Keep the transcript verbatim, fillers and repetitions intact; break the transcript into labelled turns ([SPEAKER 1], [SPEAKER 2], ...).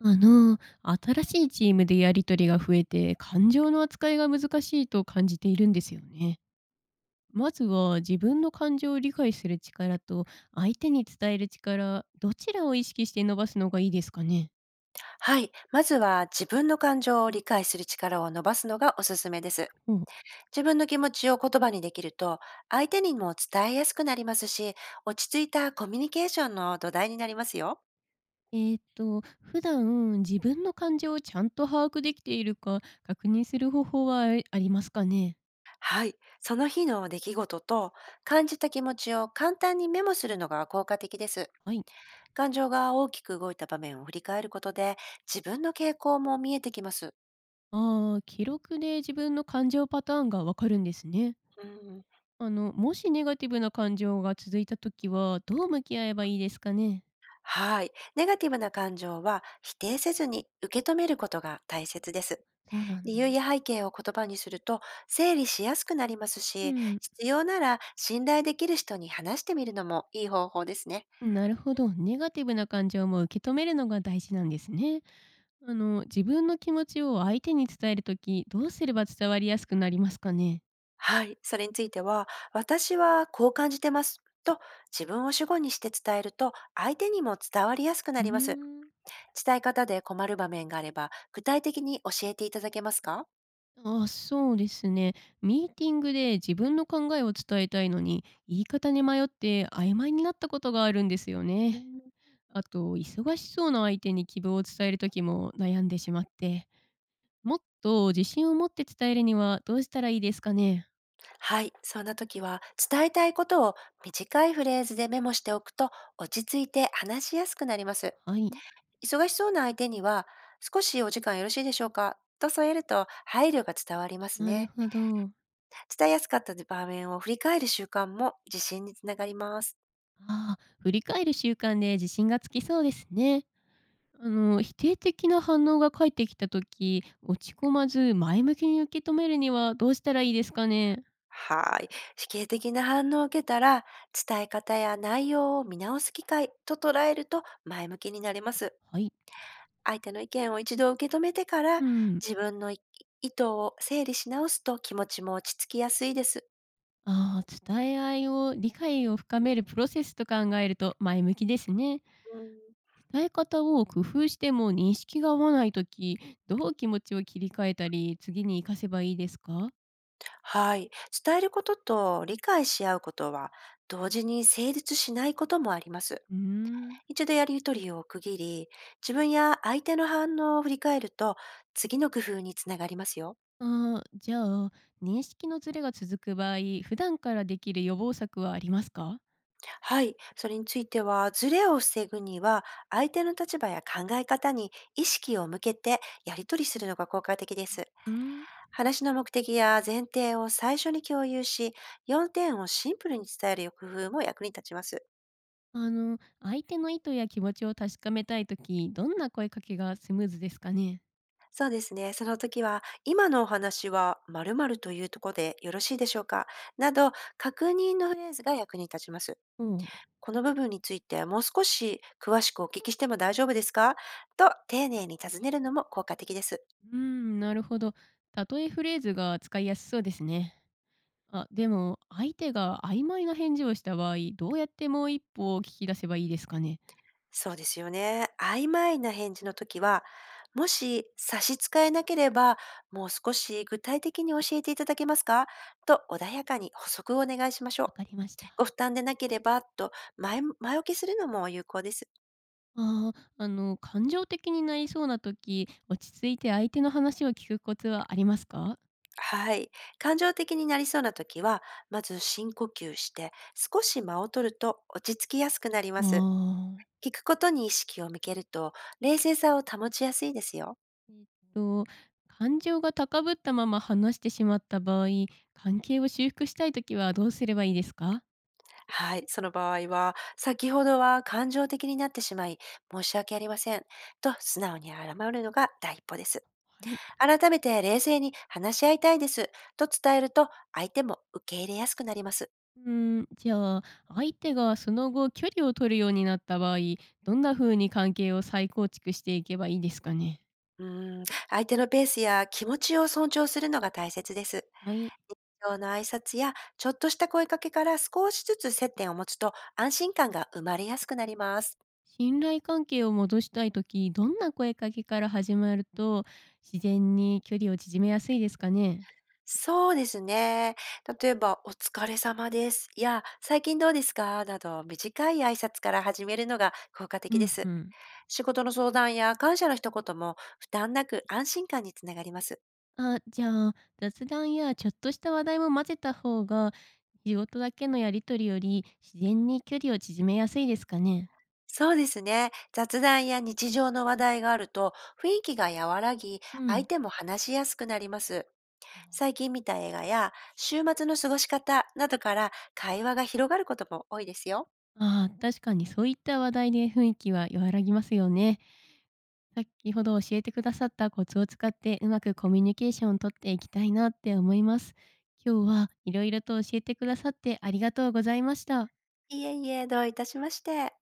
[SPEAKER 1] あの、新しいチームでやり取りが増えて、感情の扱いが難しいと感じているんですよね。まずは自分の感情を理解する力と相手に伝える力、どちらを意識して伸ばすのがいいですかね。
[SPEAKER 2] はい。まずは自分の感情を理解する力を伸ばすのがおすすめです。
[SPEAKER 1] ほう。
[SPEAKER 2] 自分の気持ちを言葉にできると、相手にも伝えやすくなりますし、落ち着いたコミュニケーションの土台になりますよ。
[SPEAKER 1] えー、と、普段自分の感情をちゃんと把握できているか確認する方法はありありますかね。
[SPEAKER 2] はい。その日の出来事と感じた気持ちを簡単にメモするのが効果的です。
[SPEAKER 1] はい。
[SPEAKER 2] 感情が大きく動いた場面を振り返ることで、自分の傾向も見えてきます。
[SPEAKER 1] ああ、記録で自分の感情パターンがわかるんですね。
[SPEAKER 2] うん。
[SPEAKER 1] あの、もしネガティブな感情が続いた時は、どう向き合えばいいですかね？
[SPEAKER 2] はい。ネガティブな感情は否定せずに受け止めることが大切です。
[SPEAKER 1] そうなん
[SPEAKER 2] 理
[SPEAKER 1] だ。
[SPEAKER 2] 由や背景を言葉にすると整理しやすくなります
[SPEAKER 1] う
[SPEAKER 2] し、
[SPEAKER 1] ん、
[SPEAKER 2] 必要なら信頼できる人に話してみるのもいい方法ですね。
[SPEAKER 1] なるほど。ネガティブな感情も受け止めるのが大事なんですね。あの、自分の気持ちを相手に伝える時、どうすれば伝わりやすくなりますかね？
[SPEAKER 2] はい。それについては、私はこう感じてます、と自分を主語にして伝えると相手にも伝わりやすくな
[SPEAKER 1] うー
[SPEAKER 2] ります。
[SPEAKER 1] ん。
[SPEAKER 2] 伝え方で困る場面があれば具体的に教えていただけますか？
[SPEAKER 1] あ、そうですね。ミーティングで自分の考えを伝えたいのに、言い方に迷って曖昧になったことがあるんですよ
[SPEAKER 2] う
[SPEAKER 1] ね。
[SPEAKER 2] ん。
[SPEAKER 1] あと、忙しそうな相手に希望を伝える時も悩んでしまって。もっと自信を持って伝えるにはどうしたらいいですかね？
[SPEAKER 2] はい、そんな時は、伝えたいことを短いフレーズでメモしておくと落ち着いて話しやすくなります。
[SPEAKER 1] はい、
[SPEAKER 2] 忙しそうな相手には、少しお時間よろしいでしょうか、と添えると配慮が伝わります
[SPEAKER 1] なる
[SPEAKER 2] ね。
[SPEAKER 1] ほど。
[SPEAKER 2] 伝えやすかった場面を振り返る習慣も自信につながります。
[SPEAKER 1] ああ、振り返る習慣で自信がつきそうですね。あの、否定的な反応が返ってきた時、落ち込まず前向きに受け止めるにはどうしたらいいですかね？
[SPEAKER 2] はい。否定的な反応を受けたら、伝え方や内容を見直す機会と捉えると前向きになれます。
[SPEAKER 1] はい。
[SPEAKER 2] 相手の意見を一度受け止めてから、
[SPEAKER 1] うん。
[SPEAKER 2] 自分のい意図を整理し直すと気持ちも落ち着きやすいです。
[SPEAKER 1] ああ、伝え合いを理解を深めるプロセスと考えると前向きですね。
[SPEAKER 2] うん。
[SPEAKER 1] 伝え方を工夫しても認識が合わない時、どう気持ちを切り替えたり、次に活かせばいいですか？
[SPEAKER 2] はい。伝えることと理解し合うことは、同時に成立しないこともあります。
[SPEAKER 1] うーん。
[SPEAKER 2] 一度やりとりを区切り、自分や相手の反応を振り返ると、次の工夫につながりますよ。
[SPEAKER 1] あー、じゃあ、認識のずれが続く場合、普段からできる予防策はありますか。
[SPEAKER 2] はい。それについては、ズレを防ぐには、相手の立場や考え方に意識を向けてやりとりするのが効果的です。
[SPEAKER 1] うーん。
[SPEAKER 2] 話の目的や前提を最初に共有し、よんてんをシンプルに伝える工夫も役に立ちます。
[SPEAKER 1] あの、相手の意図や気持ちを確かめたいとき、どんな声かけがスムーズですかね。
[SPEAKER 2] そうですね。その時は、今のお話は〇〇というところでよろしいでしょうか、など、確認のフレーズが役に立ちます。
[SPEAKER 1] おう。
[SPEAKER 2] この部分についてもう少し詳しくお聞きしても大丈夫ですか、と丁寧に尋ねるのも効果的です。
[SPEAKER 1] うーん、なるほど。例えフレーズが使いやすそうですね。あ、でも、相手が曖昧な返事をした場合、どうやってもう一歩を聞き出せばいいですかね。
[SPEAKER 2] そうですよね。曖昧な返事の時は、もし差し支えなければ、もう少し具体的に教えていただけますか、と穏やかに補足をお願いしましょ
[SPEAKER 1] わか
[SPEAKER 2] う。
[SPEAKER 1] りました。
[SPEAKER 2] ご負担でなければ、と前前置きするのも有効です。
[SPEAKER 1] ああ、あの、感情的になりそうな時、落ち着いて相手の話を聞くコツはありますか？
[SPEAKER 2] はい。感情的になりそうな時は、まず深呼吸して少し間を取ると落ち着きやすくなり
[SPEAKER 1] あ
[SPEAKER 2] ます。
[SPEAKER 1] あ。
[SPEAKER 2] 聞くことに意識を向けると冷静さを保ちやすいですよ。
[SPEAKER 1] と、感情が高ぶったまま話してしまった場合、関係を修復したい時はどうすればいいですか？
[SPEAKER 2] はい、その場合は、先ほどは感情的になってしまい、申し訳ありません、と素直に謝るのが第一歩です。
[SPEAKER 1] はい。
[SPEAKER 2] 改めて冷静に話し合いたいです、と伝えると、相手も受け入れやすくなります。
[SPEAKER 1] うーん、じゃあ、相手がその後距離を取るようになった場合、どんな風に関係を再構築していけばいいですかね？
[SPEAKER 2] うーん、相手のペースや気持ちを尊重するのが大切です。
[SPEAKER 1] はい。
[SPEAKER 2] 日常の挨拶や、ちょっとした声かけから少しずつ接点を持つと、安心感が生まれやすくなります。
[SPEAKER 1] 信頼関係を戻したいとき、どんな声かけから始まると、自然に距離を縮めやすいですかね？
[SPEAKER 2] そうですね。例えば、お疲れ様です。いや、最近どうですか、など、短い挨拶から始めるのが効果
[SPEAKER 1] う
[SPEAKER 2] 的で
[SPEAKER 1] ん、う
[SPEAKER 2] す。
[SPEAKER 1] ん。
[SPEAKER 2] 仕事の相談や感謝の一言も負担なく安心感につながります。
[SPEAKER 1] あ、じゃあ、雑談やちょっとした話題も混ぜた方が、仕事だけのやり取りより自然に距離を縮めやすいですかね？
[SPEAKER 2] そうですね。雑談や日常の話題があると雰囲気が和らぎ、
[SPEAKER 1] う
[SPEAKER 2] 相
[SPEAKER 1] ん。
[SPEAKER 2] 手も話しやすくなります。最近見た映画や週末の過ごし方などから会話が広がることも多いですよ。
[SPEAKER 1] ああ、確かにそういった話題で雰囲気は和らぎますよね。先ほど教えてくださったコツを使ってうまくコミュニケーションを取っていきたいなって思います。今日はいろいろと教えてくださってありがとうございました。
[SPEAKER 2] いえいえ、どういたしまして。